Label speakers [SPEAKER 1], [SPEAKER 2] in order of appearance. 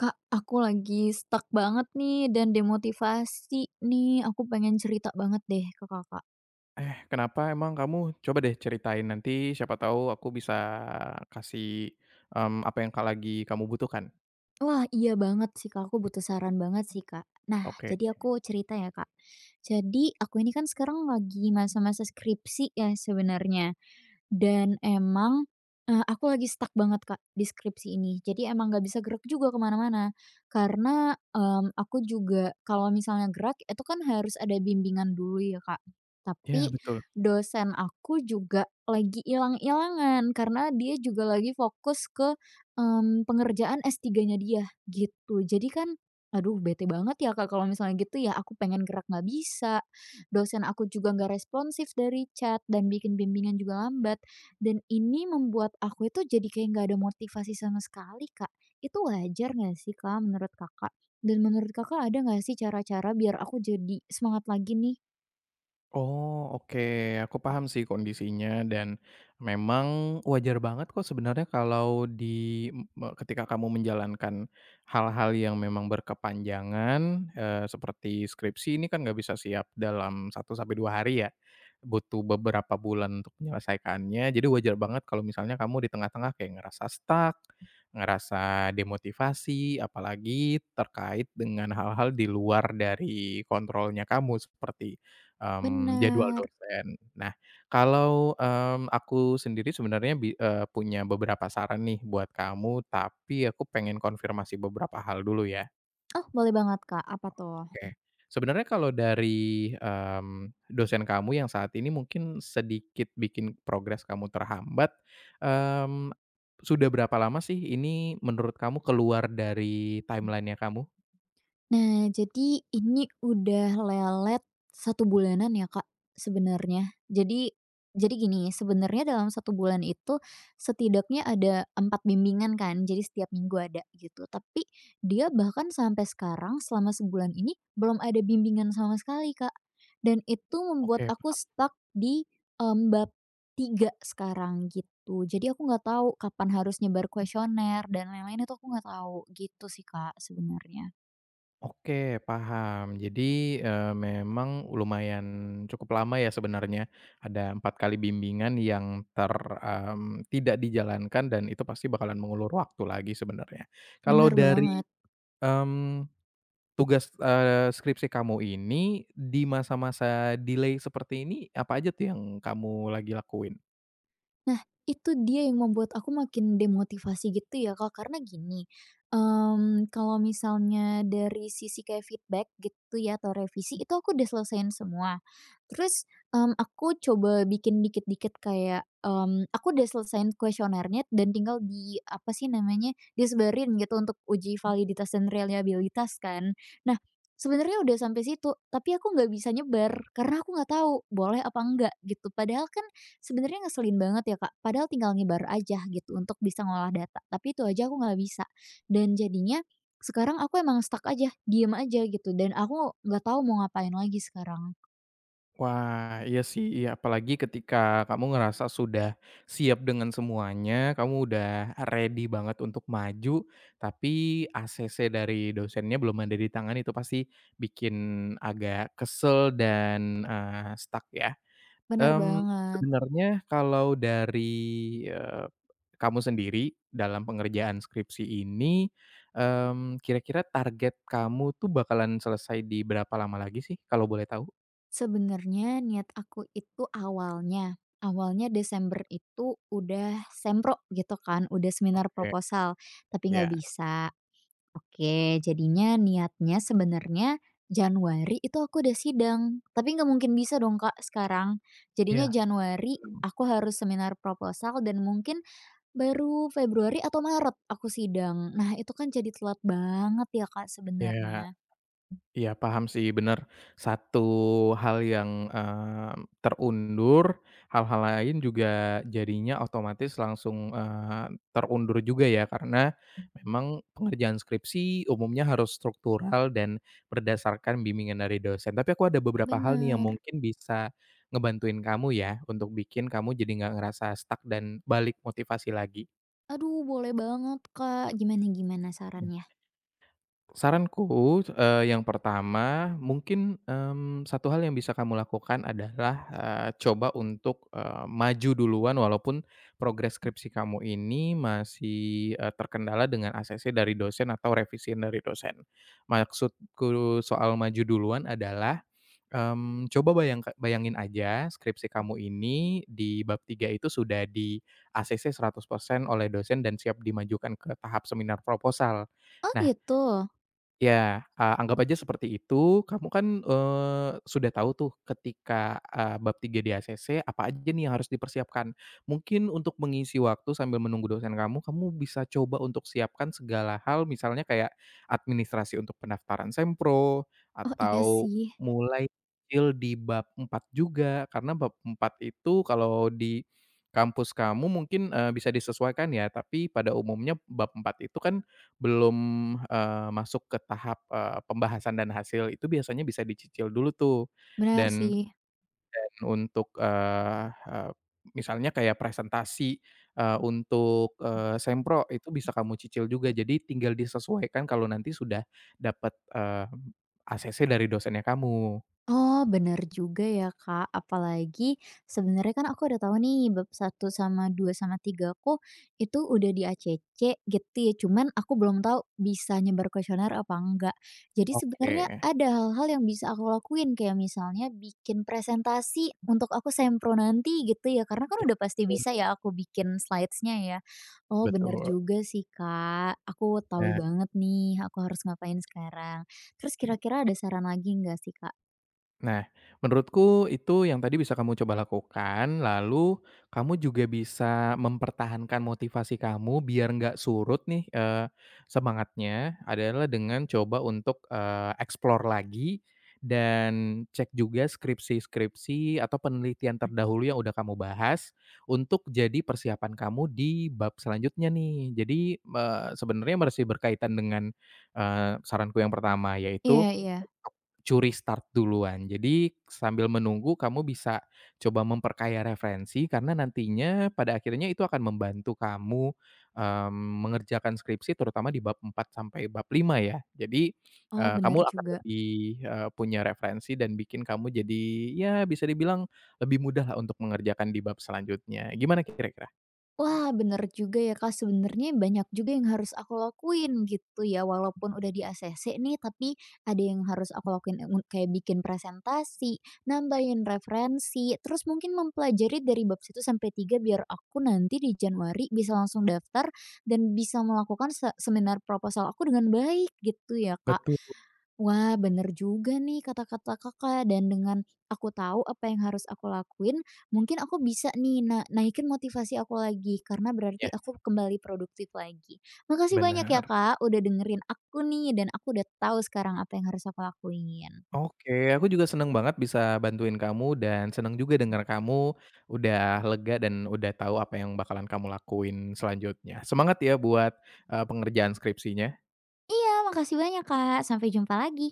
[SPEAKER 1] Kak, aku lagi stuck banget nih dan demotivasi nih. Aku pengen cerita banget deh ke Kakak.
[SPEAKER 2] Eh, kenapa emang kamu? Coba deh ceritain nanti siapa tahu aku bisa kasih, apa yang lagi kamu butuhkan.
[SPEAKER 1] Wah, iya banget sih Kak, aku butuh saran banget sih Kak. Nah,
[SPEAKER 2] Oke.
[SPEAKER 1] jadi aku cerita ya Kak. Jadi, aku ini kan sekarang lagi masa-masa skripsi ya sebenarnya. Dan emang, aku lagi stuck banget, Kak, di skripsi ini. Jadi emang nggak bisa gerak juga kemana mana. Karena, aku juga kalau misalnya gerak itu kan harus ada bimbingan dulu ya, Kak.
[SPEAKER 2] Iya
[SPEAKER 1] Tapi
[SPEAKER 2] betul.
[SPEAKER 1] dosen aku juga lagi hilang ilangan karena dia juga lagi fokus ke, pengerjaan s tiganya dia, gitu. Jadi kan aduh bete banget ya, Kak, kalau misalnya gitu ya, aku pengen gerak nggak bisa, dosen aku juga nggak responsif dari chat dan bikin bimbingan juga lambat. Dan ini membuat aku itu jadi kayak nggak ada motivasi sama sekali, Kak. Itu wajar nggak sih, Kak, menurut Kakak? Dan menurut Kakak ada nggak sih cara-cara biar aku jadi semangat lagi nih?
[SPEAKER 2] Oh, oke, aku paham sih kondisinya dan memang wajar banget kok sebenarnya kalau di m- me ketika kamu menjalankan hal-hal yang memang berkepanjangan, seperti skripsi ini kan nggak bisa siap dalam satu sampai 2 hari ya, butuh beberapa bulan untuk menyelesaikannya. Jadi wajar banget kalau misalnya kamu di tengah-tengah kayak ngerasa stuck, ngerasa demotivasi, apalagi terkait dengan hal-hal di luar dari kontrolnya kamu seperti jadwal
[SPEAKER 1] Bener.
[SPEAKER 2] dosen. Nah, kalau, aku sendiri sebenarnya punya beberapa saran nih buat kamu, tapi aku pengen konfirmasi beberapa hal dulu ya.
[SPEAKER 1] Oh, boleh banget, Kak. Apa tuh?
[SPEAKER 2] Oke. Sebenarnya kalau dari, dosen kamu yang saat ini mungkin sedikit bikin progres kamu terhambat, mmm, sudah berapa lama sih ini menurut kamu keluar dari timeline-nya kamu?
[SPEAKER 1] Nah, jadi ini udah lelet satu bulanan ya, Kak, sebenarnya. Jadi gini, sebenarnya dalam satu bulan itu setidaknya ada 4 bimbingan kan, jadi setiap minggu ada gitu. Tapi dia bahkan sampai sekarang selama sebulan ini belum ada bimbingan sama sekali, Kak. Dan itu membuat
[SPEAKER 2] Oke.
[SPEAKER 1] aku stuck di, bab 3 sekarang gitu. Jadi aku nggak tahu kapan harus nyebar kuesioner dan lain-lain itu aku nggak tahu, gitu sih, Kak, sebenarnya.
[SPEAKER 2] Oke, paham. Jadi, memang lumayan cukup lama ya sebenarnya, ada 4 kali bimbingan yang ter tidak dijalankan dan itu pasti bakalan mengulur waktu lagi sebenarnya. Kalau
[SPEAKER 1] Bener
[SPEAKER 2] dari,
[SPEAKER 1] banget.
[SPEAKER 2] mmm, tugas, skripsi kamu ini, di masa-masa delay seperti ini, apa aja tuh yang kamu lagi lakuin?
[SPEAKER 1] Nah, itu dia yang membuat aku makin demotivasi gitu ya, Kak, karena gini, kalau misalnya dari sisi kayak feedback gitu ya atau revisi itu aku udah selesaiin semua. Terus, aku coba bikin dikit-dikit kayak, aku udah selesaiin kuesionernya dan tinggal di apa sih namanya, disebarin gitu untuk uji validitas dan reliabilitas kan. Nah, sebenarnya udah sampai situ, tapi aku nggak bisa nyebar karena aku nggak tahu boleh apa enggak gitu. Padahal kan sebenarnya ngeselin banget ya, Kak, padahal tinggal nyebar aja gitu untuk bisa ngolah data, tapi itu aja aku nggak bisa. Dan jadinya sekarang aku emang stuck aja, diem aja gitu dan aku nggak tahu mau ngapain lagi sekarang.
[SPEAKER 2] Wah, iya sih, iya, apalagi ketika kamu ngerasa sudah siap dengan semuanya, kamu udah ready banget untuk maju, tapi ACC dari dosennya belum ada di tangan itu pasti bikin agak kesel dan, stuck ya.
[SPEAKER 1] Bener
[SPEAKER 2] Mmm,
[SPEAKER 1] banget.
[SPEAKER 2] sebenarnya kalau dari, eee, kamu sendiri dalam pengerjaan skripsi ini, kira-kira target kamu tuh bakalan selesai di berapa lama lagi sih kalau boleh tahu?
[SPEAKER 1] Sebenarnya niat aku itu awalnya awalnya Desember itu udah sempro gitu kan, udah seminar
[SPEAKER 2] Oke,
[SPEAKER 1] proposal, tapi nggak
[SPEAKER 2] ya.
[SPEAKER 1] bisa. Oke, jadinya niatnya sebenarnya Januari itu aku udah sidang, tapi nggak mungkin bisa dong, Kak, sekarang. Jadinya Januari aku harus seminar proposal dan mungkin baru Februari atau Maret aku sidang. Nah, itu kan jadi telat banget ya, Kak,
[SPEAKER 2] Iya,
[SPEAKER 1] sebenarnya.
[SPEAKER 2] iya, paham sih, bener. Satu hal yang, terundur, hal-hal lain juga jadinya otomatis langsung, terundur juga ya karena memang pengerjaan skripsi umumnya harus struktural dan berdasarkan bimbingan dari dosen. Tapi aku ada beberapa hal nih yang
[SPEAKER 1] Bener.
[SPEAKER 2] mungkin bisa ngebantuin kamu ya untuk bikin kamu jadi nggak ngerasa stuck dan balik motivasi lagi.
[SPEAKER 1] Aduh, boleh banget, Kak. Gimana gimana sarannya?
[SPEAKER 2] Saranku, yang pertama mungkin, satu hal yang bisa kamu lakukan adalah, coba untuk, maju duluan walaupun progres skripsi kamu ini masih, terkendala dengan ACC dari dosen atau revisian dari dosen. Maksudku soal maju duluan adalah, coba bayangin aja skripsi kamu ini di bab 3 itu sudah di-ACC persen oleh dosen dan siap dimajukan ke tahap seminar proposal.
[SPEAKER 1] Oh,
[SPEAKER 2] Nah
[SPEAKER 1] gitu?
[SPEAKER 2] Ya, anggap aja seperti itu, kamu kan, sudah tahu tuh ketika, bab 3 di ACC apa aja nih yang harus dipersiapkan. Mungkin untuk mengisi waktu sambil menunggu dosen kamu, kamu bisa coba untuk siapkan segala hal misalnya kayak administrasi untuk pendaftaran sempro,
[SPEAKER 1] Oh, iya
[SPEAKER 2] atau
[SPEAKER 1] sih.
[SPEAKER 2] mulai kecil di bab 4 juga, karena bab 4 itu kalau di kampus kamu mungkin, bisa disesuaikan ya, tapi pada umumnya bab 4 itu kan belum, masuk ke tahap, pembahasan dan hasil itu biasanya bisa dicicil dulu tuh
[SPEAKER 1] Benar
[SPEAKER 2] dan
[SPEAKER 1] sih.
[SPEAKER 2] untuk, eee eee, misalnya kayak presentasi, untuk, sempro itu bisa kamu cicil juga. Jadi tinggal disesuaikan kalau nanti sudah dapat, ACC dari dosennya kamu.
[SPEAKER 1] Oh, bener juga ya, Kak. Apalagi sebenarnya kan aku udah tahu nih bab satu sama 2 sama 3 aku itu udah di ACC gitu ya. Cuman aku belum tahu bisa nyebar kuesioner apa enggak. Jadi
[SPEAKER 2] Oke,
[SPEAKER 1] sebenarnya ada hal-hal yang bisa aku lakuin kayak misalnya bikin presentasi untuk aku sempro nanti gitu ya. Karena kan udah pasti bisa ya aku bikin slides-nya ya. Oh, bener
[SPEAKER 2] betul.
[SPEAKER 1] juga sih, Kak. Aku tahu
[SPEAKER 2] Nah
[SPEAKER 1] banget nih aku harus ngapain sekarang. Terus kira-kira ada saran lagi nggak sih, Kak?
[SPEAKER 2] Nah, menurutku itu yang tadi bisa kamu coba lakukan, lalu kamu juga bisa mempertahankan motivasi kamu biar nggak surut nih semangatnya adalah dengan coba untuk, explore lagi dan cek juga skripsi-skripsi atau penelitian terdahulu yang udah kamu bahas untuk jadi persiapan kamu di bab selanjutnya nih. Jadi, sebenarnya masih berkaitan dengan, saranku yang pertama yaitu
[SPEAKER 1] Iya iya.
[SPEAKER 2] curi start duluan. Jadi sambil menunggu kamu bisa coba memperkaya referensi karena nantinya pada akhirnya itu akan membantu kamu, mengerjakan skripsi terutama di bab 4 sampai bab 5 ya. Jadi,
[SPEAKER 1] Oh,
[SPEAKER 2] kamu
[SPEAKER 1] benar
[SPEAKER 2] akan
[SPEAKER 1] juga.
[SPEAKER 2] lebih, punya referensi dan bikin kamu jadi ya bisa dibilang lebih mudahlah untuk mengerjakan di bab selanjutnya. Gimana kira-kira?
[SPEAKER 1] Wah, benar juga ya, Kak, sebenarnya banyak juga yang harus aku lakuin gitu ya, walaupun udah di ACC nih, tapi ada yang harus aku lakuin, kayak bikin presentasi, nambahin referensi, terus mungkin mempelajari dari bab satu sampai 3 biar aku nanti di Januari bisa langsung daftar dan bisa melakukan seminar proposal aku dengan baik gitu ya, Kak.
[SPEAKER 2] Betul.
[SPEAKER 1] Wah, bener juga nih kata-kata Kakak, dan dengan aku tahu apa yang harus aku lakuin, mungkin aku bisa nih naikin motivasi aku lagi, karena
[SPEAKER 2] Ya,
[SPEAKER 1] berarti aku kembali produktif lagi. Makasih banyak ya,
[SPEAKER 2] benar.
[SPEAKER 1] Kak, udah dengerin aku nih, dan aku udah tahu sekarang apa yang harus aku lakuin.
[SPEAKER 2] Oke, aku juga seneng banget bisa bantuin kamu dan seneng juga dengar kamu udah lega dan udah tahu apa yang bakalan kamu lakuin selanjutnya. Semangat ya buat, pengerjaan skripsinya.
[SPEAKER 1] Iya, makasih banyak, Kak. Sampai jumpa lagi.